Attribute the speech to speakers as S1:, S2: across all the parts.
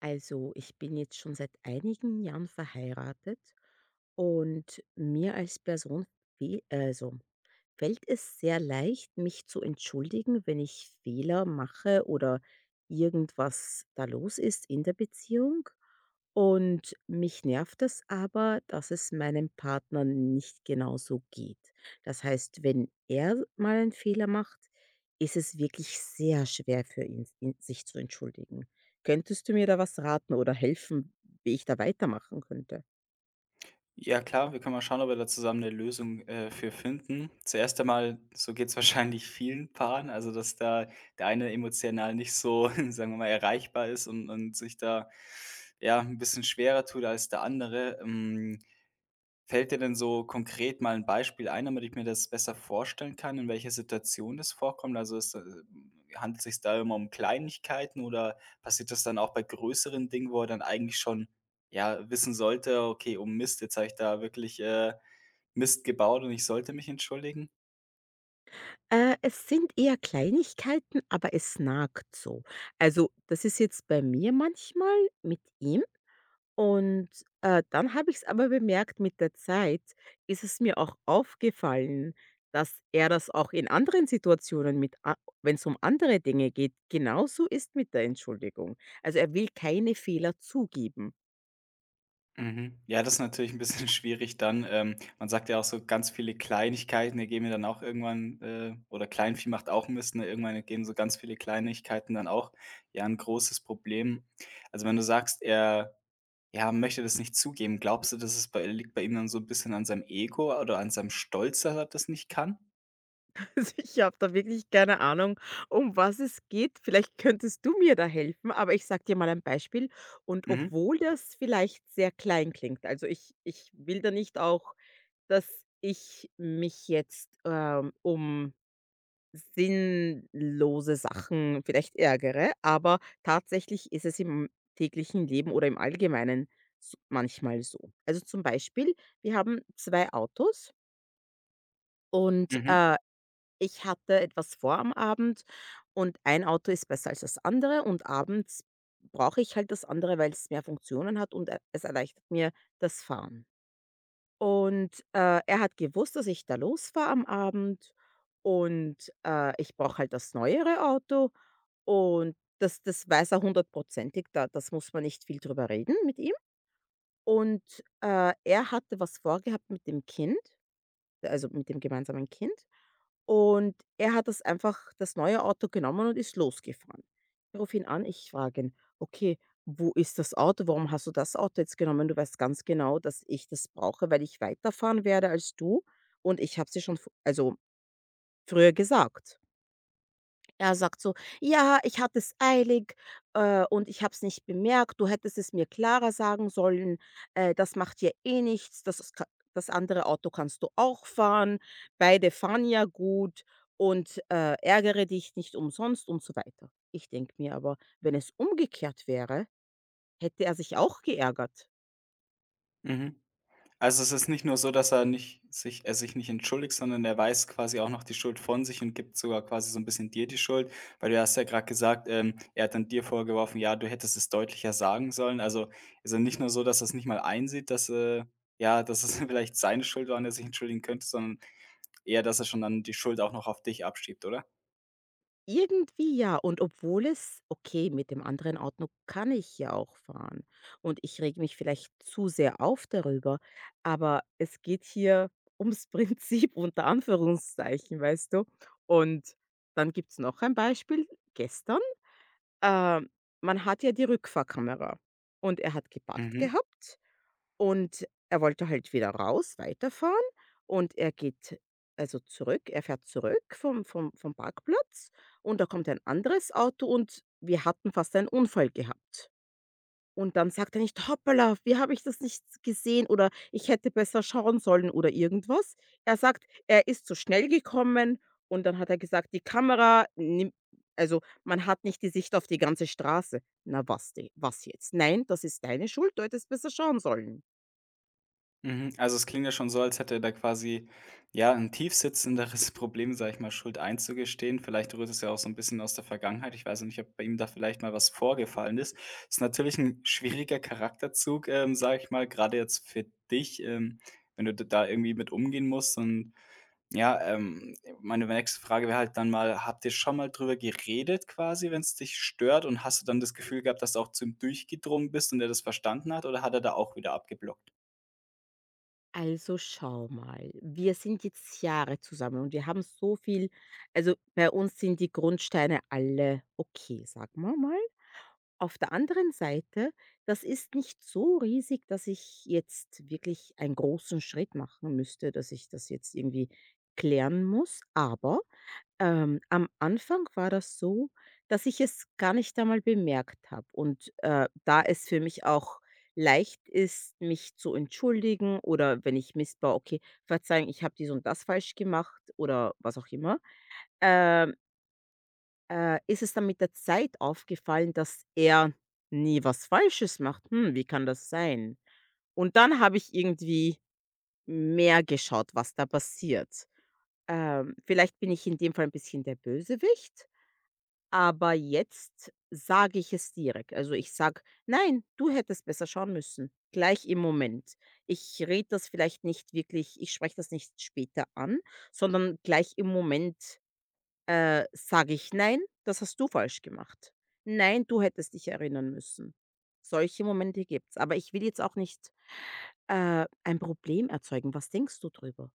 S1: Also, ich bin jetzt schon seit einigen Jahren verheiratet und mir als Person fehl also, fällt es sehr leicht, mich zu entschuldigen, wenn ich Fehler mache oder irgendwas da los ist in der Beziehung. Und mich nervt es aber, dass es meinem Partner nicht genauso geht. Das heißt, wenn er mal einen Fehler macht, ist es wirklich sehr schwer für ihn, ihn sich zu entschuldigen. Könntest du mir da was raten oder helfen, wie ich da weitermachen könnte?
S2: Ja klar, wir können mal schauen, ob wir da zusammen eine Lösung, für finden. Zuerst einmal, so geht es wahrscheinlich vielen Paaren, also, dass da der eine emotional nicht so, sagen wir mal, erreichbar ist und sich da, ja, ein bisschen schwerer tut als der andere. Hm, fällt dir denn so konkret mal ein Beispiel ein, damit ich mir das besser vorstellen kann, in welcher Situation das vorkommt? Also, handelt es sich da immer um Kleinigkeiten oder passiert das dann auch bei größeren Dingen, wo er dann eigentlich schon, ja, wissen sollte: „Okay, um Mist, jetzt habe ich da wirklich, Mist gebaut und ich sollte mich entschuldigen?“
S1: Es sind eher Kleinigkeiten, aber es nagt so. Also, das ist jetzt bei mir manchmal mit ihm und dann habe ich es aber bemerkt, mit der Zeit ist es mir auch aufgefallen, dass er das auch in anderen Situationen mit wenn es um andere Dinge geht, genauso ist mit der Entschuldigung. Also, er will keine Fehler zugeben.
S2: Mhm. Ja, das ist natürlich ein bisschen schwierig dann. Man sagt ja auch so ganz viele Kleinigkeiten, die gehen mir dann auch irgendwann oder Kleinvieh macht auch Mist, ne? Irgendwann ergeben so ganz viele Kleinigkeiten dann auch, ja, ein großes Problem. Also, wenn du sagst, er, ja, möchte das nicht zugeben, glaubst du, dass es bei liegt bei ihm dann so ein bisschen an seinem Ego oder an seinem Stolz, dass er das nicht kann?
S1: Also, ich habe da wirklich keine Ahnung, um was es geht. Vielleicht könntest du mir da helfen, aber ich sage dir mal ein Beispiel und
S2: Mhm.
S1: obwohl das vielleicht sehr klein klingt, also, ich will da nicht auch, dass ich mich jetzt, um sinnlose Sachen vielleicht ärgere, aber tatsächlich ist es im täglichen Leben oder im Allgemeinen s manchmal so. Also, zum Beispiel, wir haben 2 Autos und,
S2: Mhm.
S1: äh ich hatte etwas vor am Abend und ein Auto ist besser als das andere und abends brauche ich halt das andere, weil es mehr Funktionen hat und e es erleichtert mir das Fahren. Und er hat gewusst, dass ich da losfahre am Abend und ich brauche halt das neuere Auto und das weiß er hundertprozentig, da das muss man nicht viel drüber reden mit ihm. Und er hatte was vorgehabt mit dem Kind also mit dem gemeinsamen Kind. Und er hat das einfach das neue Auto genommen und ist losgefahren. Ich rufe ihn an, ich frage ihn: „Okay, wo ist das Auto? Warum hast du das Auto jetzt genommen? Du weißt ganz genau, dass ich das brauche, weil ich weiterfahren werde als du und ich habe es dir schon v also früher gesagt.“ Er sagt so: „Ja, ich hatte es eilig, und ich habe es nicht bemerkt. Du hättest es mir klarer sagen sollen. Das macht ja eh nichts. Das ist ka das andere Auto kannst du auch fahren. Beide fahren ja gut und ärgere dich nicht umsonst“ und so weiter. Ich denke mir aber, wenn es umgekehrt wäre, hätte er sich auch geärgert.
S2: Mhm. Also, es ist nicht nur so, dass er sich nicht entschuldigt, sondern er weist quasi auch noch die Schuld von sich und gibt sogar quasi so ein bisschen dir die Schuld, weil du hast ja gerade gesagt, er hat dann dir vorgeworfen: „Ja, du hättest es deutlicher sagen sollen.“ Also, ist ja nicht nur so, dass er's nicht mal einsieht, dass, ja, dass es vielleicht seine Schuld war und er sich entschuldigen könnte, sondern eher, dass er schon dann die Schuld auch noch auf dich abschiebt, oder?
S1: Irgendwie ja. Und obwohl es okay, mit dem anderen Auto kann ich ja auch fahren und ich reg mich vielleicht zu sehr auf darüber, aber es geht hier ums Prinzip unter Anführungszeichen, weißt du? Und dann gibt's noch ein Beispiel. Gestern, ähm, man hat ja die Rückfahrkamera und er hat geparkt
S2: Mhm.
S1: gehabt und er wollte halt wieder raus, weiterfahren und er geht also zurück er fährt zurück vom vom Parkplatz und da kommt ein anderes Auto und wir hatten fast einen Unfall gehabt. Und dann sagt er nicht: „Hoppala, wie habe ich das nicht gesehen“ oder „Ich hätte besser schauen sollen“ oder irgendwas. Er sagt, er ist zu schnell gekommen und dann hat er gesagt: „Die Kamera nimm“ also, man hat nicht die Sicht auf die ganze Straße. Na was die, was jetzt? Nein, das ist deine Schuld, du hättest besser schauen sollen.
S2: Mhm, also es klingt ja schon so, als hätte er da quasi, ja, 'n tiefsitzenderes Problem, sage ich mal, Schuld einzugestehen. Vielleicht rührt es ja auch so ein bisschen aus der Vergangenheit. Ich weiß ja nicht, ob bei ihm da vielleicht mal was vorgefallen ist. Ist natürlich ein schwieriger Charakterzug, sage ich mal, gerade jetzt für dich, wenn du d da irgendwie mit umgehen musst. Und ja, meine nächste Frage wäre halt dann mal: Habt ihr schon mal drüber geredet quasi, wenn es dich stört? Und hast du dann das Gefühl gehabt, dass du auch zu ihm durchgedrungen bist und er das verstanden hat, oder hat er da auch wieder abgeblockt?
S1: Also schau mal, wir sind jetzt Jahre zusammen und wir haben so viel also bei uns sind die Grundsteine alle okay, sagen wir mal. Auf der anderen Seite, das ist nicht so riesig, dass ich jetzt wirklich einen großen Schritt machen müsste, dass ich das jetzt irgendwie klären muss, aber am Anfang war das so, dass ich es gar nicht einmal bemerkt habe und da es für mich auch leicht ist, mich zu entschuldigen oder wenn ich Mist baue: „Okay, verzeihen, ich habe dies und das falsch gemacht“ oder was auch immer, ähm, ist es dann mit der Zeit aufgefallen, dass er nie was Falsches macht. „Hm, wie kann das sein?“ Und dann habe ich irgendwie mehr geschaut, was da passiert. Vielleicht bin ich in dem Fall ein bisschen der Bösewicht? Aber jetzt sage ich es direkt. Also, ich sage: „Nein, du hättest besser schauen müssen.“ Gleich im Moment. Ich rede das vielleicht nicht wirklich ich spreche das nicht später an, sondern gleich im Moment, sage ich: „Nein, das hast du falsch gemacht. Nein, du hättest dich erinnern müssen.“ Solche Momente gibt's, aber ich will jetzt auch nicht, ein Problem erzeugen. Was denkst du drüber?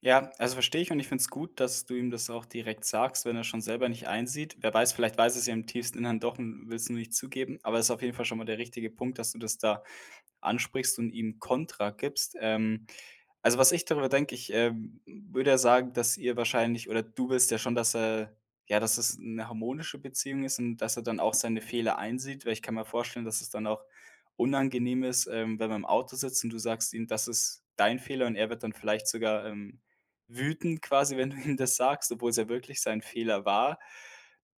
S2: Ja, also verstehe ich und ich finde es gut, dass du ihm das auch direkt sagst, wenn er schon selber nicht einsieht. Wer weiß, vielleicht weiß es ja im tiefsten Innern doch und willst du nicht zugeben, aber es ist auf jeden Fall schon mal der richtige Punkt, dass du das da ansprichst und ihm Kontra gibst. Also, was ich darüber denke, würde ja sagen, dass ihr wahrscheinlich oder du willst ja schon, dass er ja, dass es eine harmonische Beziehung ist und dass er dann auch seine Fehler einsieht, weil ich kann mir vorstellen, dass es dann auch unangenehm ist, wenn man im Auto sitzt und du sagst ihm: „Das ist dein Fehler“, und er wird dann vielleicht sogar, wütend quasi, wenn du ihm das sagst, obwohl es ja wirklich sein Fehler war.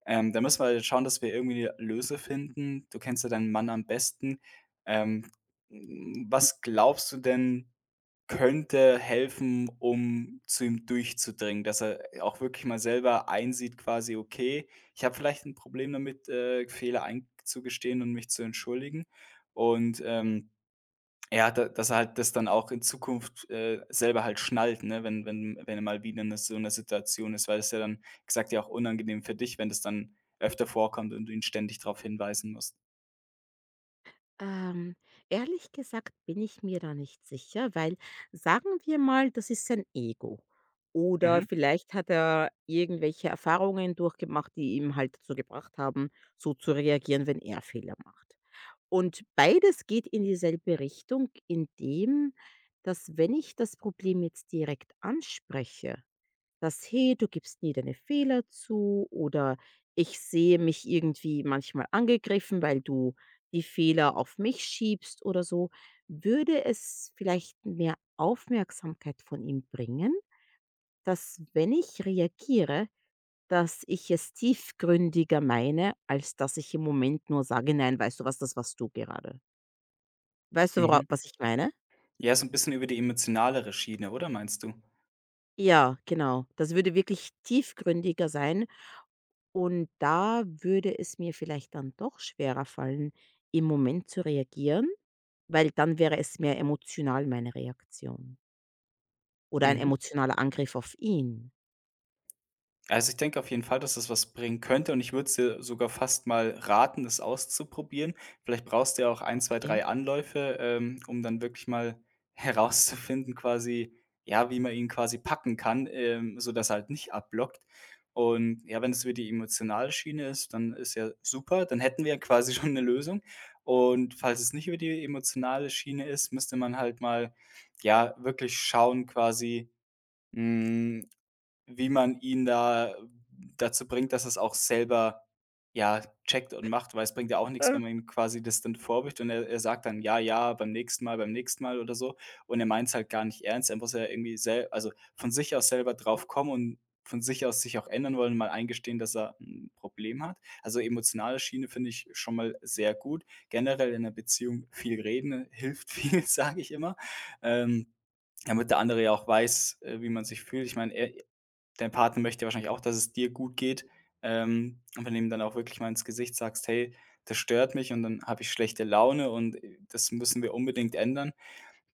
S2: Da müssen wir halt schauen, dass wir irgendwie 'ne Lösung finden. Du kennst ja deinen Mann am besten. Ähm, was glaubst du denn, könnte helfen, um zu ihm durchzudringen, dass er auch wirklich mal selber einsieht quasi: „Okay, ich habe vielleicht ein Problem damit, Fehler einzugestehen und mich zu entschuldigen.“ Und, ähm ja, da dass er halt das dann auch in Zukunft, selber halt schnallt, ne, wenn er mal wieder so 'ne Situation ist, weil das ja dann wie gesagt ja auch unangenehm für dich, wenn das dann öfter vorkommt und du ihn ständig darauf hinweisen musst.
S1: Ähm, ehrlich gesagt bin ich mir da nicht sicher, weil sagen wir mal, das ist sein Ego. Oder
S2: Mhm,
S1: vielleicht hat er irgendwelche Erfahrungen durchgemacht, die ihm halt dazu gebracht haben, so zu reagieren, wenn er Fehler macht. Und beides geht in dieselbe Richtung, indem, dass wenn ich das Problem jetzt direkt anspreche, dass „Hey, du gibst nie deine Fehler zu“ oder „Ich sehe mich irgendwie manchmal angegriffen, weil du die Fehler auf mich schiebst“ oder so. Würde es vielleicht mehr Aufmerksamkeit von ihm bringen, dass, wenn ich reagiere, dass ich es tiefgründiger meine, als dass ich im Moment nur sage: „Nein, weißt du was, das warst du gerade.“ Weißt du, wora
S2: mhm.
S1: was ich meine?
S2: Ja, so ein bisschen über die emotionalere Schiene, oder meinst du?
S1: Ja, genau. Das würde wirklich tiefgründiger sein. Und da würde es mir vielleicht dann doch schwerer fallen, im Moment zu reagieren, weil dann wäre es mehr emotional meine Reaktion oder ein
S2: Mhm.
S1: emotionaler Angriff auf ihn,
S2: Also, ich denke auf jeden Fall, dass das was bringen könnte und ich würde es dir sogar fast mal raten, das auszuprobieren. Vielleicht brauchst du ja auch ein, 2,
S1: gell?
S2: 3 Anläufe, um dann wirklich mal herauszufinden quasi, ja, wie man ihn quasi packen kann, sodass er halt nicht abblockt. Und ja, wenn es wieder die emotionale Schiene ist, dann ist ja super, dann hätten wir ja quasi schon eine Lösung. Und falls es nicht über die emotionale Schiene ist, müsste man halt mal, ja, wirklich schauen quasi, hm, wie man ihn da dazu bringt, dass er's auch selber, ja, checkt und macht, weil es bringt ja auch nichts, wenn man ihm quasi das dann vorwirft und er sagt dann: „Ja, ja, beim nächsten Mal“ oder so. Und er meint es halt gar nicht ernst. Er muss ja irgendwie sel also, von sich aus selber drauf kommen und von sich aus sich auch ändern wollen mal eingestehen, dass er ein Problem hat. Also, emotionale Schiene finde ich schon mal sehr gut. Generell in 'ner Beziehung viel reden hilft viel, sage ich immer, ähm, damit der andere ja auch weiß, wie man sich fühlt. Ich meine, dein Partner möchte ja wahrscheinlich auch, dass es dir gut geht. Und wenn du ihm dann auch wirklich mal ins Gesicht sagst: „Hey, das stört mich und dann habe ich schlechte Laune und, das müssen wir unbedingt ändern“,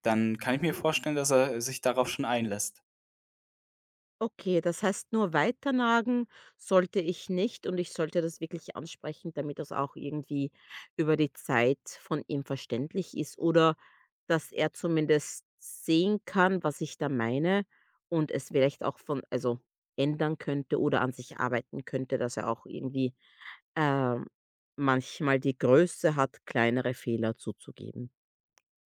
S2: dann kann ich mir vorstellen, dass er sich darauf schon einlässt.
S1: Okay, das heißt, nur weiternagen sollte ich nicht und ich sollte das wirklich ansprechen, damit das auch irgendwie über die Zeit von ihm verständlich ist oder dass er zumindest sehen kann, was ich da meine und es vielleicht auch von, also ändern könnte oder an sich arbeiten könnte, dass er auch irgendwie ähm, manchmal die Größe hat, kleinere Fehler zuzugeben.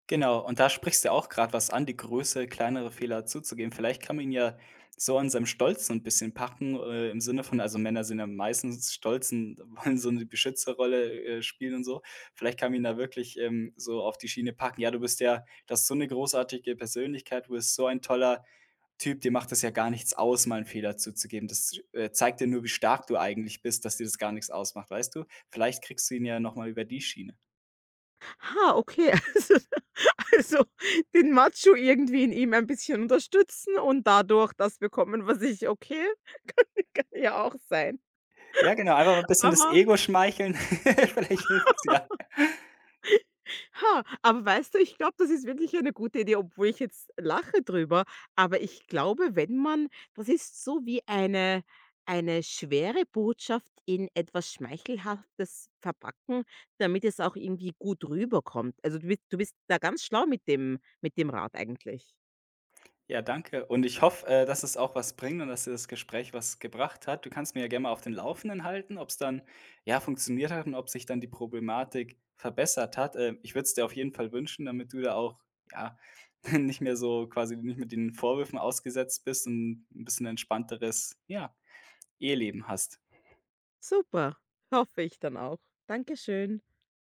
S2: Genau, und da sprichst du auch gerade was an, die Größe, kleinere Fehler zuzugeben. Vielleicht kann man ihn ja so an seinem Stolz so 'n bisschen packen, im Sinne von also, Männer sind ja meistens stolz und wollen so eine Beschützerrolle, spielen und so. Vielleicht kann man ihn da wirklich, so auf die Schiene packen: „Ja, du bist ja das hast so eine großartige Persönlichkeit, du bist so ein toller Typ, dir macht das ja gar nichts aus, mal einen Fehler zuzugeben. Das, zeigt dir nur, wie stark du eigentlich bist, dass dir das gar nichts ausmacht“, weißt du? Vielleicht kriegst du ihn ja noch mal über die Schiene.
S1: Ah, okay. Also den Macho irgendwie in ihm ein bisschen unterstützen und dadurch das bekommen, was ich okay, kann kann ja auch sein.
S2: Ja, genau, einfach mal 'n bisschen das
S1: Aber
S2: Ego schmeicheln. Vielleicht hilft's ja.
S1: ha, aber weißt du, ich glaube, das ist wirklich eine gute Idee, obwohl ich jetzt lache drüber. Aber ich glaube, wenn man das ist so wie eine schwere Botschaft in etwas Schmeichelhaftes verpacken, damit es auch irgendwie gut rüberkommt. Also du bist da ganz schlau mit dem Rat eigentlich.
S2: Ja, danke und ich hoffe, dass es auch was bringt und dass dir das Gespräch was gebracht hat. Du kannst mich ja gerne mal auf den Laufenden halten, ob's dann, ja, funktioniert hat und ob sich dann die Problematik verbessert hat. Ich würde es dir auf jeden Fall wünschen, damit du da auch, ja, nicht mehr so quasi nicht mit den Vorwürfen ausgesetzt bist und 'n bisschen entspannteres, ja, Eheleben hast.
S1: Super, hoffe ich dann auch. Dankeschön.